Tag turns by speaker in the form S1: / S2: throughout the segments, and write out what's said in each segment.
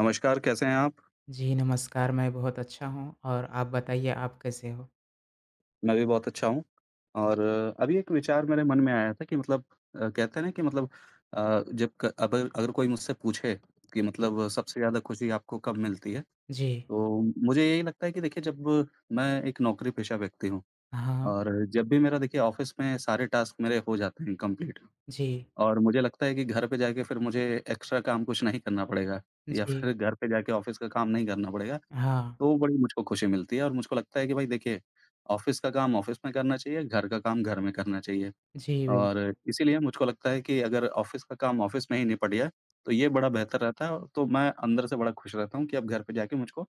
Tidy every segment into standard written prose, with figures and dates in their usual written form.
S1: नमस्कार, कैसे हैं आप?
S2: जी, नमस्कार, मैं बहुत अच्छा हूँ और आप बताइए आप कैसे हो?
S1: मैं भी बहुत अच्छा हूँ और अभी एक विचार मेरे मन में आया था कि मतलब कहते हैं ना कि मतलब अ, जब क अगर अगर कोई मुझसे पूछे कि
S2: जी।
S1: मतलब सबसे ज़्यादा खुशी आपको कब मिलती है?
S2: जी।
S1: तो मुझे यही लगता है कि देखिए जब मैं एक नौकरी-पेशा व्यक्ति हूँ
S2: हाँ।
S1: और जब भी मेरा देखिए ऑफ़िस में सारे टास्क मेरे हो जाते हैं कंप्लीट
S2: जी।
S1: और मुझे लगता है कि घर पे जाके फिर मुझे एक्स्ट्रा काम कुछ नहीं करना पड़ेगा या फिर
S2: जी।
S1: घर पे जाके ऑफ़िस का काम नहीं करना पड़ेगा।
S2: हाँ।
S1: तो बड़ी मुझको खुशी मिलती है और मुझको लगता है कि भाई देखिए, ऑफ़िस का काम ऑफ़िस में करना चाहिए, घर का काम घर में करना चाहिए।
S2: जी,
S1: और
S2: बिल्कुल।
S1: इसीलिए मुझको लगता है कि अगर ऑफ़िस का काम ऑफ़िस में ही निपट गया, तो ये बड़ा बेहतर रहता है। और तो मैं अंदर से बड़ा खुश रहता हूँ कि अब घर पे जाके मुझको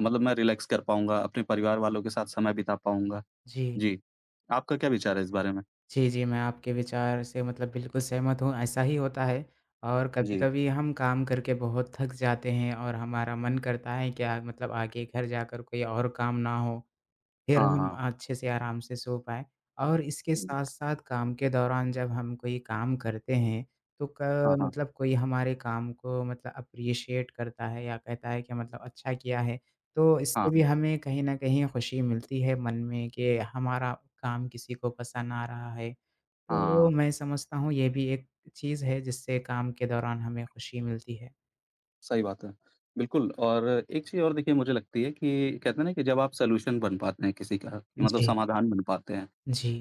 S1: मतलब मैं रिलैक्स कर पाऊँगा, अपने परिवार वालों के साथ समय बिता पाऊँगा।
S2: जी।
S1: जी, आपका क्या विचार है इस बारे में?
S2: जी, जी, मैं आपके विचार से मतलब बिल्कुल सहमत हूँ, ऐसा ही होता है और
S1: जी।
S2: कभी-कभी हम काम करके बहुत थक जाते हैं और हमारा मन करता है क्या मतलब आगे घर जाकर कोई और काम ना हो। फिर
S1: हाँ,
S2: हम
S1: हाँ।
S2: अच्छे से आराम से सो पाएँ और इसके
S1: हुँ।
S2: साथ-साथ काम के दौरान जब हम कोई काम करते हैं, तो
S1: हाँ,
S2: क
S1: हाँ।
S2: मतलब कोई हमारे काम को मतलब अप्रिशिएट करता है या कहता है कि मतलब अच्छा किया है, तो
S1: हाँ,
S2: इससे भी
S1: हाँ।
S2: हमें कहीं न कहीं खुशी मिलती है मन में कि हमारा काम किसी को पसंद आ रहा है। तो
S1: हाँ।
S2: मैं समझता हूँ ये भी एक चीज़ है जिससे काम के दौरान हमें खुशी मिलती है।
S1: सही बात है। बिल्कुल और एक चीज़ और देखिए मुझे लगती है कि कहते हैं ना कि जब आप सॉल्यूशन बन पाते हैं किसी का, कि मतलब
S2: जी,
S1: समाधान बन पाते हैं,
S2: जी,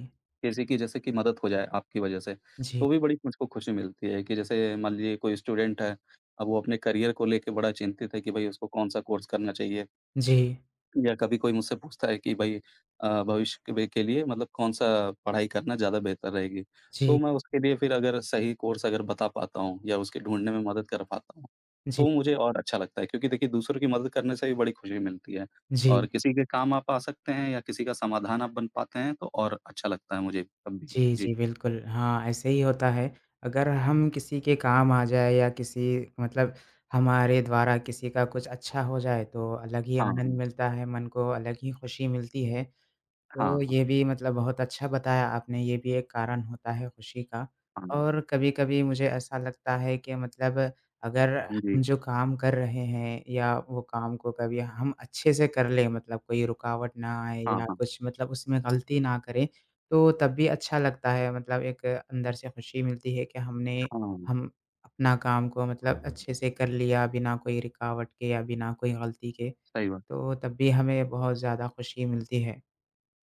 S1: किसी की जैसे कि मदद हो जाए आपकी वज़ह से,
S2: जी,
S1: तो भी बड़ी मुझको खुशी मिलती है कि जैसे मान लीजिए कोई स्टूडेंट है, अब वो अपने करियर को लेके बड़ा चिंतित है कि भई उसको कौन-सा कोर्स करना चाहिए।
S2: जी,
S1: या कभी कोई मुझसे पूछता है कि भाई भविष्य के लिए मतलब कौन-सा पढ़ाई करना ज़्यादा बेहतर रहेगी? तो
S2: जी,
S1: मैं उसके लिए फिर अगर सही कोर्स अगर बता पाता हूँ या उसके ढूँढने में मदद कर पाता हूँ,
S2: जी,
S1: तो मुझे और अच्छा लगता है क्योंकि देखिए दूसरों की मदद करने से भी बड़ी खुशी मिलती है
S2: जी।
S1: और किसी के काम आप आ सकते हैं या किसी का समाधान आप बन पाते हैं तो और अच्छा लगता है मुझे तब भी।
S2: जी,
S1: जी।
S2: जी, बिल्कुल। हाँ, ऐसे ही होता है। अगर हम किसी के काम आ जाएँ या किसी मतलब हमारे द्वारा किसी का कुछ अच्छा हो जाए, तो अलग ही
S1: हाँ,
S2: आनंद मिलता है, मन को अलग ही खुशी मिलती है।
S1: हाँ,
S2: तो
S1: हाँ,
S2: ये भी मतलब बहुत अच्छा बताया आपने, ये भी एक कारण होता है खुशी का।
S1: हाँ,
S2: और कभी-कभी मुझे ऐसा लगता है कि मतलब अगर
S1: जी।
S2: हम जो काम कर रहे हैं या वो काम को कभी हम अच्छे से कर लें मतलब कोई रुकावट ना आए
S1: हाँ,
S2: या
S1: हाँ,
S2: कुछ मतलब उसमें गलती ना करें, तो तब भी अच्छा लगता है मतलब एक अंदर से खुशी मिलती है कि हमने
S1: हाँ,
S2: हम अपना काम को मतलब अच्छे से कर लिया बिना कोई रुकावट के या बिना कोई गलती के,
S1: सही बात है।
S2: तो तब भी हमें बहुत ज़्यादा खुशी मिलती है।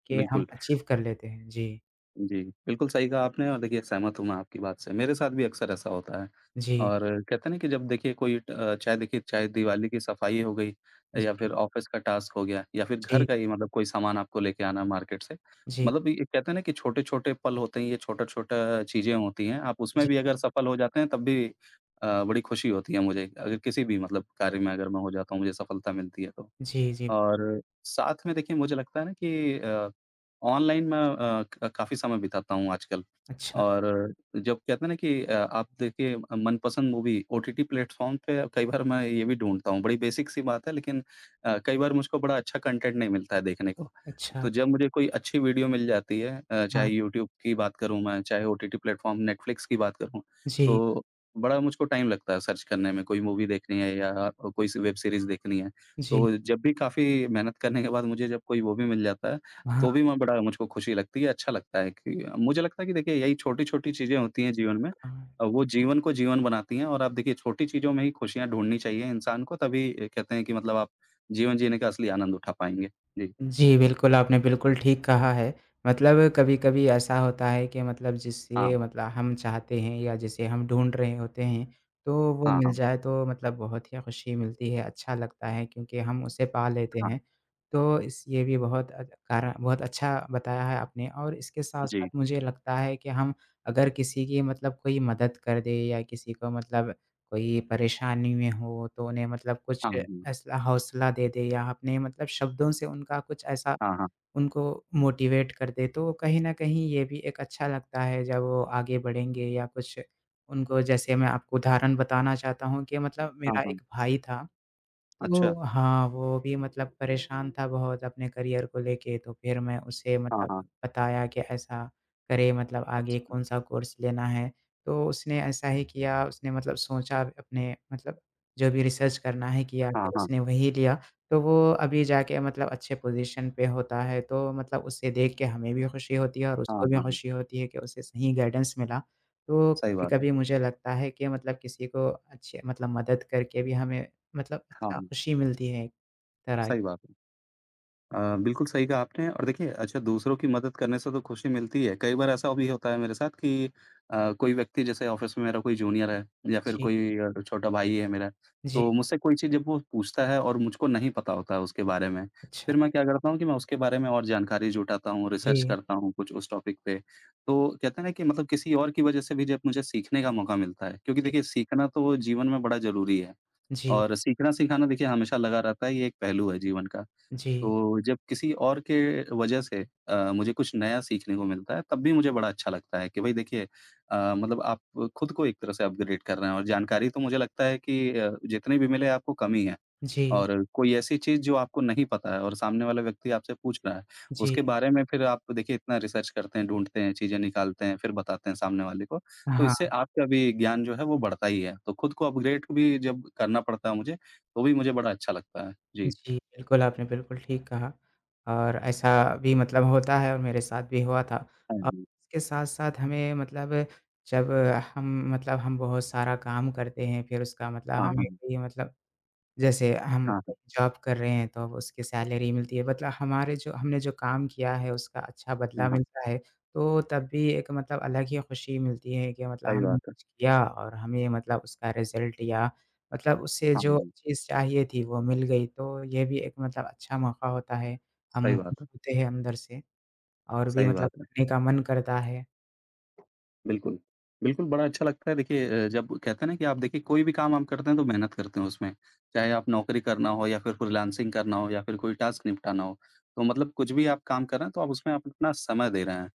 S2: कि हम
S1: बिल्कुल।
S2: अचीव कर लेते हैं। जी,
S1: जी, बिल्कुल सही कहा आपने और देखिए सहमत हूँ मैं आपकी बात से। मेरे साथ भी अक्सर ऐसा होता है
S2: जी,
S1: और कहते हैं ना कि जब देखिए कोई चाहे देखिए चाहे दिवाली की सफाई हो गई या फिर
S2: जी,
S1: ऑफ़िस का टास्क हो गया या फिर घर
S2: जी,
S1: का ही मतलब कोई सामान आपको लेके आना है मार्केट से।
S2: जी,
S1: मतलब ये कहते हैं ना कि छोटे-छोटे पल होते हैं, ये छोटा-छोटा चीज़ें होती हैं। आप उसमें
S2: जी,
S1: भी अगर सफल हो जाते हैं तब भी बड़ी खुशी होती है मुझे। अगर किसी भी मतलब कार्य में अगर मैं हो जाता हूँ, मुझे सफलता मिलती है तो।
S2: जी, जी।
S1: और साथ में देखिए मुझे लगता है ना कि ऑनलाइन मैं अ, क काफ़ी समय बिताता हूँ आजकल
S2: अच्छा,
S1: और जब कहते हैं ना कि आप देखिए मनपसंद मूवी ओटीटी प्लेटफ़ॉर्म पे कई बार मैं ये भी ढूँढता हूँ। बड़ी बेसिक सी बात है लेकिन कई बार मुझको बड़ा अच्छा कंटेंट नहीं मिलता है देखने को।
S2: अच्छा।
S1: तो जब मुझे कोई अच्छी वीडियो मिल जाती है
S2: हाँ,
S1: चाहे यूट्यूब की बात करूँ मैं, चाहे ओटीटी प्लेटफ़ॉर्म नेटफ्लिक्स की बात करूँ,
S2: जी,
S1: तो बड़ा मुझको टाइम लगता है सर्च करने में, कोई मूवी देखनी है या कोई सी वेब सीरीज़ देखनी है।
S2: जी।
S1: तो जब भी काफ़ी मेहनत करने के बाद मुझे जब कोई वो भी मिल जाता है,
S2: हाँ,
S1: तो भी मैं बड़ा मुझको खुशी लगती है, अच्छा लगता है कि मुझे लगता है कि देखिए यही छोटी-छोटी चीज़ें होती हैं जीवन में
S2: हाँ।
S1: वो जीवन को जीवन बनाती हैं और आप देखिए छोटी चीज़ों में ही खुशियाँ ढूँढनी चाहिए इंसान को तभी कहते हैं कि मतलब आप जीवन जीने का असली आनंद उठा पाएँगे। जी।
S2: जी, बिल्कुल, आपने बिल्कुल ठीक कहा है। मतलब कभी-कभी ऐसा होता है कि मतलब
S1: हाँ,
S2: जिससे मतलब हम चाहते हैं या जिसे हम ढूँढ रहे होते हैं, तो वो
S1: हाँ,
S2: मिल
S1: हाँ,
S2: जाए तो मतलब बहुत ही खुशी मिलती है, अच्छा लगता है क्योंकि हम उसे पा लेते
S1: हाँ।
S2: हैं। तो इस ये भी बहुत कारण बहुत अच्छा बताया है आपने और इसके साथ-साथ
S1: जी।
S2: मुझे लगता है कि हम अगर किसी की मतलब कोई मदद कर दें या किसी को मतलब कोई परेशानी में हो, तो उन्हें मतलब कुछ
S1: हाँ, हुँ।
S2: ऐसा हौसला दे दे या अपने मतलब शब्दों से उनका कुछ ऐसा
S1: हाँ, हाँ।
S2: उनको मोटिवेट कर दे, तो कहीं न कहीं ये भी एक अच्छा लगता है जब वो आगे बढ़ेंगे या कुछ उनको जैसे मैं आपको उदाहरण बताना चाहता हूँ कि मतलब
S1: हाँ,
S2: मेरा एक
S1: हाँ।
S2: भाई था
S1: अच्छा।
S2: तो हाँ, वो भी मतलब परेशान था बहुत अपने करियर को लेके, तो फिर मैं उसे
S1: हाँ,
S2: मतलब
S1: हाँ।
S2: बताया कि ऐसा करे मतलब आगे
S1: अच्छा।
S2: कौन-सा कोर्स लेना है। तो उसने ऐसा ही किया, उसने मतलब सोचा अपने मतलब जो भी रिसर्च करना है किया,
S1: हाँ,
S2: फिर
S1: हाँ।
S2: उसने वही लिया। तो वो अभी जाके मतलब अच्छे पोज़ीशन पे होता है, तो मतलब उसे देख के हमें भी खुशी होती है और
S1: हाँ,
S2: उसको भी
S1: हाँ।
S2: खुशी होती है कि उसे सही गाइडेंस मिला। तो
S1: सही बात है।
S2: कभी-कभी मुझे लगता है कि मतलब किसी को अच्छे मतलब मदद करके भी हमें मतलब
S1: हाँ,
S2: अच्छा खुशी मिलती है एक तरह की।
S1: सही बात है। बिल्कुल सही कहा आपने और देखिए अच्छा दूसरों की मदद करने से तो खुशी मिलती है। कई बार ऐसा भी होता है मेरे साथ कि कोई व्यक्ति जैसे ऑफ़िस में मेरा कोई जूनियर है या फिर
S2: जी,
S1: कोई छोटा भाई है मेरा,
S2: जी,
S1: तो मुझसे कोई चीज़ जब वो पूछता है और मुझको नहीं पता होता है उसके बारे में,
S2: अच्छा।
S1: फिर मैं क्या करता हूँ कि मैं उसके बारे में और जानकारी जुटाता हूँ, रिसर्च
S2: जी,
S1: करता हूँ कुछ उस टॉपिक पे। तो कहते हैं ना कि मतलब किसी और की वज़ह से भी जब मुझे सीखने का मौका मिलता है, क्योंकि
S2: अच्छा,
S1: देखिए सीखना तो जीवन में बड़ा ज़रूरी है
S2: जी,
S1: और सीखना-सिखाना देखिए हमेशा लगा रहता है, ये एक पहलू है जीवन का।
S2: जी,
S1: तो जब किसी और के वजह से मुझे कुछ नया सीखने को मिलता है, तब भी मुझे बड़ा अच्छा लगता है कि भई देखिए मतलब आप खुद को एक तरह से अपग्रेड कर रहे हैं और जानकारी तो मुझे लगता है कि जितनी भी मिले आपको कम ही है
S2: जी, जी,
S1: और कोई ऐसी चीज़ जो आपको नहीं पता है और सामने वाला व्यक्ति आपसे पूछ रहा है,
S2: जी।
S1: उसके बारे में फिर आप देखिए इतना रिसर्च करते हैं, ढूँढते हैं, चीज़ें निकालते हैं, फिर बताते हैं सामने वाले को, तो इससे
S2: हाँ,
S1: आपका भी ज्ञान जो है वो बढ़ता ही है। तो खुद को अपग्रेड भी जब करना पड़ता है मुझे, तो भी मुझे बड़ा अच्छा लगता है। जी।
S2: जी, बिल्कुल, आपने बिल्कुल ठीक कहा और ऐसा भी मतलब होता है और मेरे साथ भी हुआ था
S1: हाँ
S2: और
S1: जी।
S2: इसके साथ-साथ हमें मतलब जब हम मतलब हम बहुत सारा काम करते हैं, फिर उसका मतलब
S1: हाँ,
S2: हमें
S1: हाँ।
S2: भी मतलब जैसे हम
S1: हाँ, हाँ,
S2: जॉब कर रहे हैं, तो अब उसकी सैलरी मिलती है, मतलब हमारे जो हमने जो काम किया है, उसका अच्छा
S1: हाँ,
S2: बदला
S1: हाँ,
S2: मिलता है, तो तब भी एक मतलब अलग ही खुशी मिलती है कि मतलब
S1: सही
S2: हमने
S1: बात है।
S2: कुछ किया और हमें मतलब उसका रिज़ल्ट या मतलब उससे जो
S1: हाँ,
S2: चीज़ चाहिए थी, वो मिल गई, तो ये भी एक मतलब अच्छा मौका होता है।
S1: सही
S2: हम खुश
S1: बात है,
S2: होते हैं अंदर से और भी
S1: सही
S2: मतलब
S1: बात है।
S2: करने का मन करता है।
S1: बिल्कुल। बिल्कुल, बड़ा अच्छा लगता है देखिए जब कहते हैं ना कि आप देखिए कोई भी काम आप करते हैं तो मेहनत करते हैं उसमें, चाहे आप नौकरी करना हो या फिर फ्रीलांसिंग करना हो या फिर कोई टास्क निपटाना हो। तो मतलब कुछ भी आप काम कर रहे हैं तो आप उसमें आप अपना समय दे रहे हैं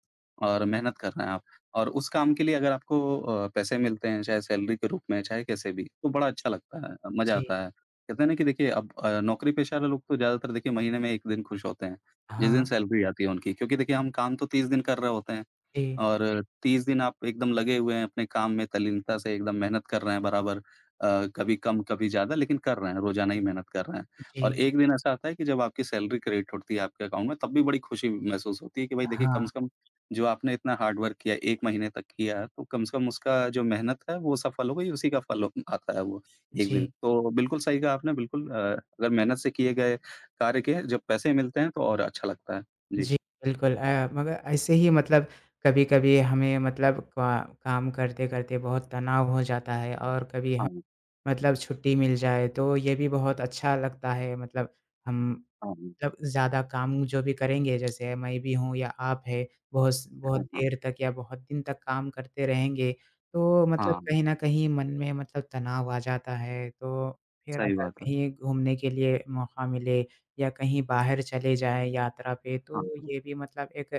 S1: और मेहनत कर रहे हैं आप और उस काम के लिए अगर आपको पैसे मिलते हैं, चाहे सैलरी के रूप में, चाहे कैसे भी, तो बड़ा अच्छा लगता है, मज़ा
S2: जी,
S1: आता है। कहते हैं ना कि देखिए अब नौकरी पेशा वाले लोग तो ज़्यादातर देखिए महीने में 1 दिन खुश होते हैं, जिस दिन
S2: हाँ,
S1: सैलरी आती है उनकी क्योंकि देखिए हम काम तो 30 दिन कर रहे होते हैं।
S2: जी,
S1: और 30 दिन आप एकदम लगे हुए हैं अपने काम में तल्लीनता से एकदम मेहनत कर रहे हैं बराबर कभी कम कभी ज़्यादा लेकिन कर रहे हैं, रोज़ाना ही मेहनत कर रहे हैं। और
S2: जी,
S1: एक दिन ऐसा आता है कि जब आपकी सैलरी क्रेडिट होती है आपके अकाउंट में तब भी बड़ी खुशी महसूस होती है कि भाई देखिए
S2: हाँ,
S1: कम से कम जो आपने इतना हार्ड वर्क किया 1 महीने तक किया है, तो कम से कम उसका जो मेहनत है वो सफल हो गई उसी का फल आता है वो एक दिन।
S2: जी।
S1: तो बिल्कुल सही कहा आपने बिल्कुल अगर मेहनत से किए गए कार्य के जब पैसे मिलते हैं तो और अच्छा लगता है। जी।
S2: जी, बिल्कुल मगर ऐसे ही मतलब कभी-कभी हमें मतलब का काम करते-करते बहुत तनाव हो जाता है और कभी
S1: हाँ,
S2: हम
S1: हाँ,
S2: मतलब छुट्टी मिल जाए तो ये भी बहुत अच्छा लगता है मतलब हम
S1: हाँ,
S2: मतलब ज़्यादा काम जो भी करेंगे, जैसे मैं भी हूँ या आप है, बहुत
S1: हाँ,
S2: देर तक या बहुत दिन तक काम करते रहेंगे, तो मतलब
S1: हाँ।
S2: कहीं न कहीं मन में मतलब तनाव आ जाता है। तो फिर
S1: सही
S2: अगर
S1: बात है।
S2: कहीं घूमने के लिए मौका मिले या कहीं बाहर चले जाएँ यात्रा पे,
S1: हाँ,
S2: तो
S1: हाँ,
S2: ये भी मतलब एक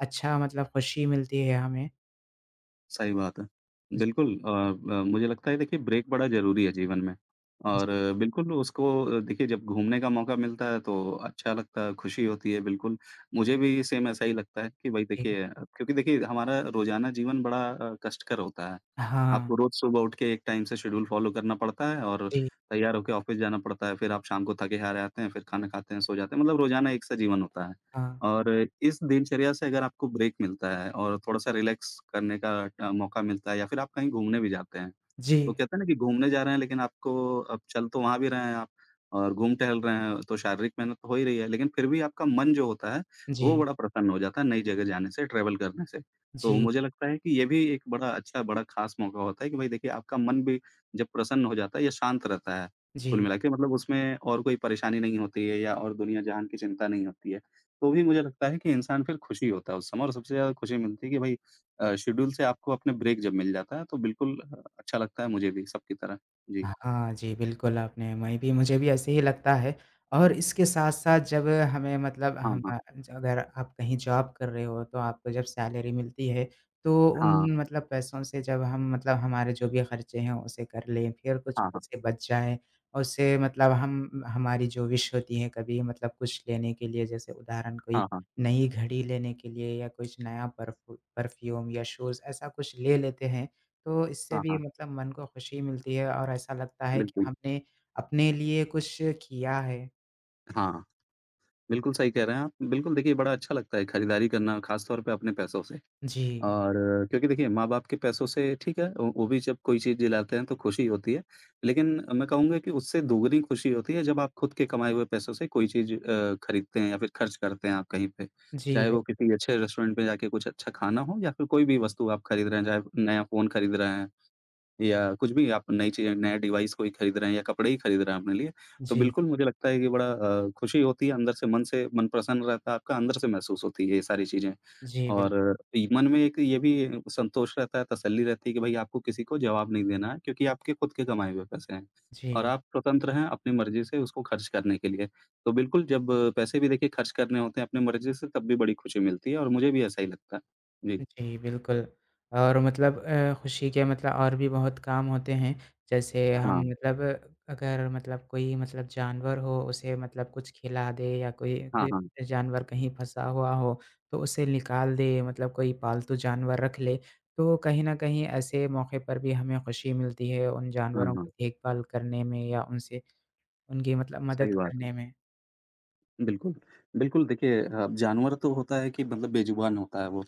S2: अच्छा मतलब खुशी मिलती है हमें।
S1: सही बात है।
S2: जी,
S1: बिल्कुल मुझे लगता है देखिए ब्रेक बड़ा ज़रूरी है जीवन में और
S2: जी,
S1: बिल्कुल उसको देखिए जब घूमने का मौका मिलता है तो अच्छा लगता है, खुशी होती है बिल्कुल। मुझे भी सेम ऐसा ही लगता है कि भई
S2: जी।
S1: देखिए क्योंकि देखिए हमारा रोज़ाना जीवन बड़ा कष्टकर होता है।
S2: हाँ,
S1: आपको रोज़ सुबह उठ के एक टाइम से शेड्यूल फ़ॉलो करना पड़ता है और
S2: जी,
S1: तैयार होके ऑफ़िस जाना पड़ता है, फिर आप शाम को थके हारे आते हैं, फिर खाना खाते हैं, सो जाते हैं, मतलब रोज़ाना एक सा जीवन होता है।
S2: हाँ।
S1: और इस दिनचर्या से अगर आपको ब्रेक मिलता है और थोड़ा-सा रिलैक्स करने का मौका मिलता है या फिर आप कहीं घूमने भी जाते हैं,
S2: जी,
S1: वो कहते हैं ना कि घूमने जा रहे हैं लेकिन आपको अब चल तो वहाँ भी रहे हैं आप और घूम टहल रहे हैं, तो शारीरिक मेहनत तो हो ही रही है, लेकिन फिर भी आपका मन जो होता है, वो
S2: जी,
S1: बड़ा प्रसन्न हो जाता है नई जगह जाने से, ट्रैवल करने से। तो
S2: जी,
S1: मुझे लगता है कि ये भी एक बड़ा अच्छा, बड़ा ख़ास मौका होता है कि भई देखिए आपका मन भी जब प्रसन्न हो जाता है या शांत रहता है, कुल
S2: जी।
S1: मिला के मतलब उसमें और कोई परेशानी नहीं होती है या और दुनिया-जहान की चिंता नहीं होती है। तो भी मुझे लगता है कि इंसान फिर खुशी होता है उस समय और सबसे ज़्यादा खुशी मिलती है कि भई शेड्यूल से आपको अपने ब्रेक जब मिल जाता है तो बिल्कुल अच्छा लगता है मुझे भी सबकी तरह। जी।
S2: हाँ जी, बिल्कुल आपने मैं भी मुझे भी ऐसे ही लगता है और इसके साथ-साथ जब हमें मतलब
S1: हाँ,
S2: हम
S1: हाँ।
S2: अगर आप कहीं जॉब कर रहे हो तो आपको जब सैलरी मिलती है, तो
S1: हाँ,
S2: उन मतलब पैसों से जब हम मतलब हमारे जो भी खर्चे हैं उसे कर लें, फिर कुछ
S1: हाँ, हाँ।
S2: पैसे बच जाएँ, उससे मतलब हम हमारी जो विश होती है कभी मतलब कुछ लेने के लिए जैसे उदाहरण कोई
S1: हाँ, हाँ।
S2: नई घड़ी लेने के लिए या कुछ नया परफ्यूम या शूज़ ऐसा कुछ ले लेते हैं। तो इससे
S1: हाँ,
S2: भी
S1: हाँ।
S2: मतलब मन को खुशी मिलती है और ऐसा लगता है कि
S1: बिल्कुल।
S2: हमने अपने लिए कुछ किया है।
S1: हाँ, बिल्कुल सही कह रहे हैं आप। बिल्कुल देखिए बड़ा अच्छा लगता है खरीदारी करना ख़ास तौर पे अपने पैसों से।
S2: जी।
S1: और क्योंकि देखिए माँ-बाप के पैसों से ठीक है, वो भी जब कोई चीज़ दिलाते हैं तो खुशी होती है। लेकिन मैं कहूँगा कि उससे दोगुनी खुशी होती है जब आप खुद के कमाए हुए पैसों से कोई चीज़ खरीदते हैं या फिर खर्च करते हैं आप कहीं पे।
S2: जी,
S1: चाहे
S2: बिल
S1: वो किसी अच्छे रेस्टोरेंट में जाके कुछ अच्छा खाना हो या फिर कोई भी वस्तु आप खरीद रहे हैं, चाहे नया फ़ोन खरीद रहे हैं। या कुछ भी आप नई चीज़ें नया डिवाइस कोई खरीद रहे हैं या कपड़े ही खरीद रहे हैं अपने लिए, तो
S2: जी,
S1: बिल्कुल मुझे लगता है कि बड़ा खुशी होती है अंदर से मन प्रसन्न रहता है आपका, अंदर से महसूस होती है ये सारी चीज़ें।
S2: जी, बिल्क
S1: और ये मन में एक ये भी संतोष रहता है, तसल्ली रहती है कि भई आपको किसी को जवाब नहीं देना है क्योंकि आपके खुद के कमाए हुए पैसे हैं और
S2: जी।
S1: आप स्वतंत्र हैं अपनी मर्ज़ी से उसको खर्च करने के लिए। तो बिल्कुल जब पैसे भी देखिए खर्च करने होते हैं अपनी मर्ज़ी से तब भी बड़ी खुशी मिलती है और मुझे भी ऐसा ही लगता है। जी।
S2: जी, बिल्कुल। और मतलब खुशी के मतलब और भी बहुत काम होते हैं, जैसे हम
S1: हाँ।
S2: मतलब अगर मतलब कोई मतलब जानवर हो, उसे मतलब कुछ खिला दे या कोई
S1: हाँ,
S2: कोई
S1: हाँ।
S2: जानवर कहीं फँसा हुआ हो, तो उसे निकाल दे, मतलब कोई पालतू जानवर रख ले, तो कहीं न कहीं ऐसे मौके पर भी हमें खुशी मिलती है उन
S1: हाँ,
S2: जानवरों
S1: हाँ।
S2: की देखभाल करने में या उनसे उनकी मतलब
S1: सही
S2: मदद
S1: बात है।
S2: करने में।
S1: बिल्कुल। बिल्कुल, देखिए जानवर तो होता है कि मतलब बेज़ुबान होता है वो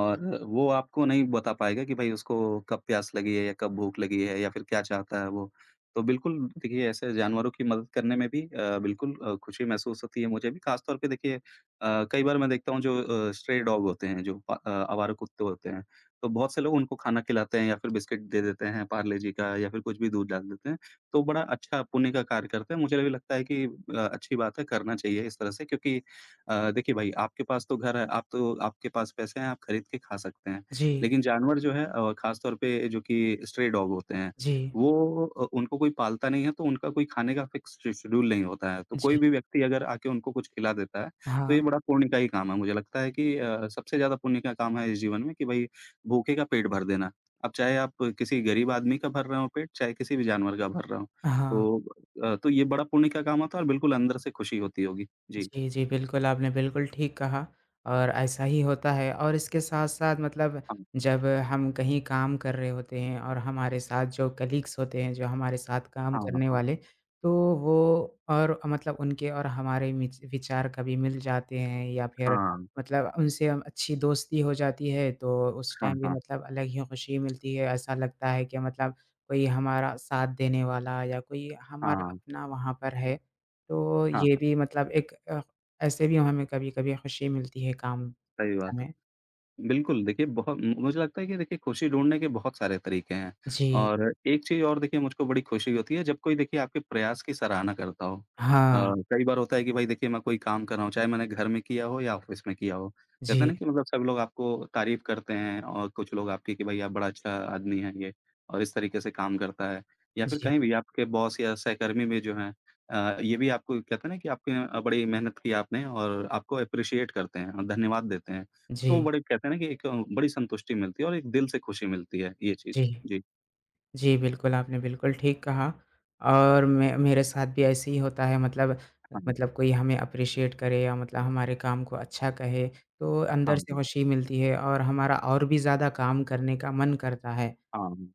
S1: और वो आपको नहीं बता पाएगा कि भाई उसको कब प्यास लगी है या कब भूख लगी है या फिर क्या चाहता है वो। तो बिल्कुल देखिए ऐसे जानवरों की मदद करने में भी बिल्कुल खुशी महसूस होती है मुझे भी ख़ास तौर पे देखिए कई बार मैं देखता हूँ जो स्ट्रे डॉग होते हैं जो आवारा कुत्ते होते हैं, तो बहुत से लोग उनको खाना खिलाते हैं या फिर बिस्किट दे देते हैं पार्ले जी का या फिर कुछ भी दूध डाल देते हैं। तो बड़ा अच्छा पुण्य का कार्य करते हैं। मुझे भी लगता है कि अच्छी बात है, करना चाहिए इस तरह से क्योंकि देखिए भाई आपके पास तो घर है, आप तो आपके पास पैसे हैं, आप खरीद के खा सकते हैं।
S2: जी,
S1: लेकिन जानवर जो है ख़ास तौर पे जो कि स्ट्रे डॉग होते हैं,
S2: जी,
S1: वो उनको कोई पालता नहीं है तो उनका कोई खाने का फ़िक्स श शेड्यूल नहीं होता है। तो कोई
S2: जी।
S1: भी व्यक्ति अगर आके उनको कुछ खिला देता है, तो ये
S2: हाँ,
S1: बड़ा पुण्य का ही काम है। मुझे लगता है कि सबसे ज़्यादा पुण्य का काम है इस जीवन में कि भई भूखे का पेट भर देना। अब चाहे आप किसी गरीब आदमी का भर रहे हों पेट, चाहे किसी भी जानवर का भर रहे हों।
S2: हाँ।
S1: तो तो ये बड़ा पुण्य का काम होता है और बिल्कुल अंदर से खुशी होती होगी। जी।
S2: जी, जी, बिल्कुल, आपने बिल्कुल ठीक कहा और ऐसा ही होता है और इसके साथ-साथ मतलब
S1: हाँ।
S2: जब हम कहीं काम कर रहे होते हैं और हमारे साथ जो कलीग्स होते हैं, जो हमारे साथ काम
S1: हाँ,
S2: करने
S1: हाँ।
S2: वाले, तो वो और मतलब उनके और हमारे मिच विचार कभी मिल जाते हैं या फिर
S1: हाँ,
S2: मतलब उनसे हम अच्छी दोस्ती हो जाती है, तो उस
S1: हाँ,
S2: टाइम भी
S1: हाँ।
S2: मतलब अलग ही खुशी मिलती है। ऐसा लगता है कि मतलब कोई हमारा साथ देने वाला या कोई हमारा
S1: हाँ,
S2: अपना वहाँ पर है। तो
S1: हाँ, हाँ।
S2: ये भी मतलब एक ऐसे भी हमें कभी-कभी खुशी मिलती है काम
S1: सही बात है।
S2: समय।
S1: बिल्कुल, देखिए बहुत मुझे लगता है कि देखिए खुशी ढूँढने के बहुत सारे तरीके हैं
S2: जी।
S1: और एक चीज़ और देखिए मुझको बड़ी खुशी होती है जब कोई देखिए आपके प्रयास की सराहना करता हो।
S2: हाँ।
S1: कई बार होता है कि भाई देखिए मैं कोई काम कर रहा हूँ, चाहे मैंने घर में किया हो या ऑफ़िस में किया हो। कहते हैं
S2: जी,
S1: ना कि मतलब सब लोग आपको तारीफ़ करते हैं और कुछ लोग आपकी कि भाई आप बड़ा अच्छा आदमी है ये और इस तरीके से काम करता है। या फिर
S2: जी,
S1: कहीं भी आपके बॉस या सहकर्मी में जो हैं ये भी आपको कहते हैं ना कि आपकी बड़ी मेहनत की आपने और आपको एप्रिशिएट करते हैं और धन्यवाद देते हैं। तो
S2: जी,
S1: बड़े कहते हैं ना कि एक बड़ी संतुष्टि मिलती है और एक दिल से खुशी मिलती है, ये चीज़।
S2: जी।
S1: जी,
S2: जी, बिल्कुल, आपने बिल्कुल ठीक कहा और मे मेरे साथ भी ऐसे ही होता है मतलब
S1: हाँ जी।
S2: मतलब कोई हमें एप्रिशिएट करे या मतलब हमारे काम को अच्छा कहे, तो
S1: हाँ
S2: अंदर से
S1: जी,
S2: खुशी मिलती है और हमारा और भी ज़्यादा काम करने का मन करता है।
S1: हाँ।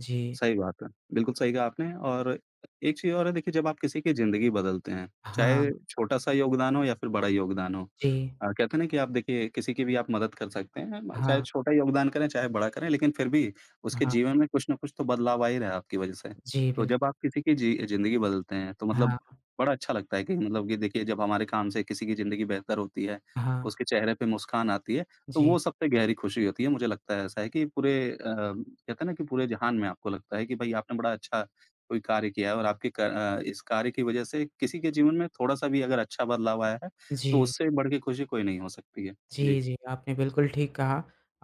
S2: जी।
S1: सही बात है। बिल्कुल सही कहा आपने और एक चीज़ और है देखिए जब आप किसी की ज़िंदगी बदलते हैं,
S2: हाँ।
S1: चाहे छोटा-सा योगदान हो या फिर बड़ा योगदान हो।
S2: जी।
S1: कहते हैं ना कि आप देखिए किसी की भी आप मदद कर सकते हैं, म चाहे
S2: हाँ,
S1: छोटा योगदान करें, चाहे बड़ा करें लेकिन फिर भी उसके
S2: हाँ।
S1: जीवन में कुछ न कुछ तो बदलाव आ ही रहा है आपकी वज़ह से।
S2: जी,
S1: तो जब
S2: बिल्कुल।
S1: आप किसी की ज़िंदगी बदलते हैं तो मतलब
S2: हाँ,
S1: बड़ा अच्छा लगता है कि मतलब कि देखिए जब हमारे काम से किसी की ज़िंदगी बेहतर होती है,
S2: हाँ।
S1: उसके चेहरे पे मुस्कान आती है। तो
S2: जी,
S1: वो सबसे गहरी खुशी होती है, मुझे लगता है ऐसा है कि पूरे कहते हैं ना कि पूरे जहान में आपको लगता है कि भाई आपने बड़ा अच्छा कोई कार्य किया है और आपके इस कार्य की वज़ह से किसी के जीवन में थोड़ा-सा भी अगर अच्छा बदलाव आया है, तो
S2: जी।
S1: उससे बढ़ के खुशी कोई नहीं हो सकती है। जी।
S2: जी, जी, आपने बिल्कुल ठीक कहा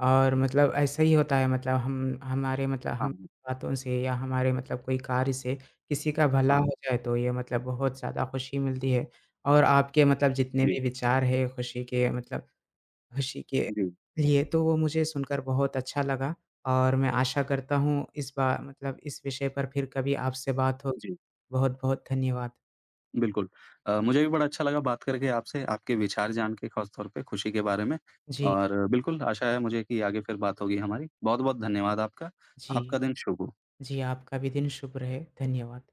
S2: और मतलब ऐसा ही होता है मतलब हम हमारे मतलब हम
S1: हाँ,
S2: बातों से या हमारे मतलब कोई कार्य से किसी का भला
S1: हाँ।
S2: हो जाए तो ये मतलब बहुत ज़्यादा खुशी मिलती है और आपके मतलब जितने
S1: जी,
S2: भी विचार हैं खुशी के मतलब खुशी के
S1: जी,
S2: लिए तो वो मुझे सुनकर बहुत अच्छा लगा और मैं आशा करता हूँ इस बा मतलब इस विषय पर फिर कभी आपसे बात होगी।
S1: जी।
S2: बहुत-बहुत धन्यवाद।
S1: बिल्कुल। मुझे भी बड़ा अच्छा लगा बात करके आपसे, आपके विचार जान के ख़ास तौर पे खुशी के बारे में
S2: जी,
S1: और बिल्कुल आशा है मुझे कि आगे फिर बात होगी हमारी। बहुत-बहुत धन्यवाद आपका।
S2: जी,
S1: आपका दिन शुभ हो।
S2: जी, आपका भी दिन शुभ रहे। धन्यवाद।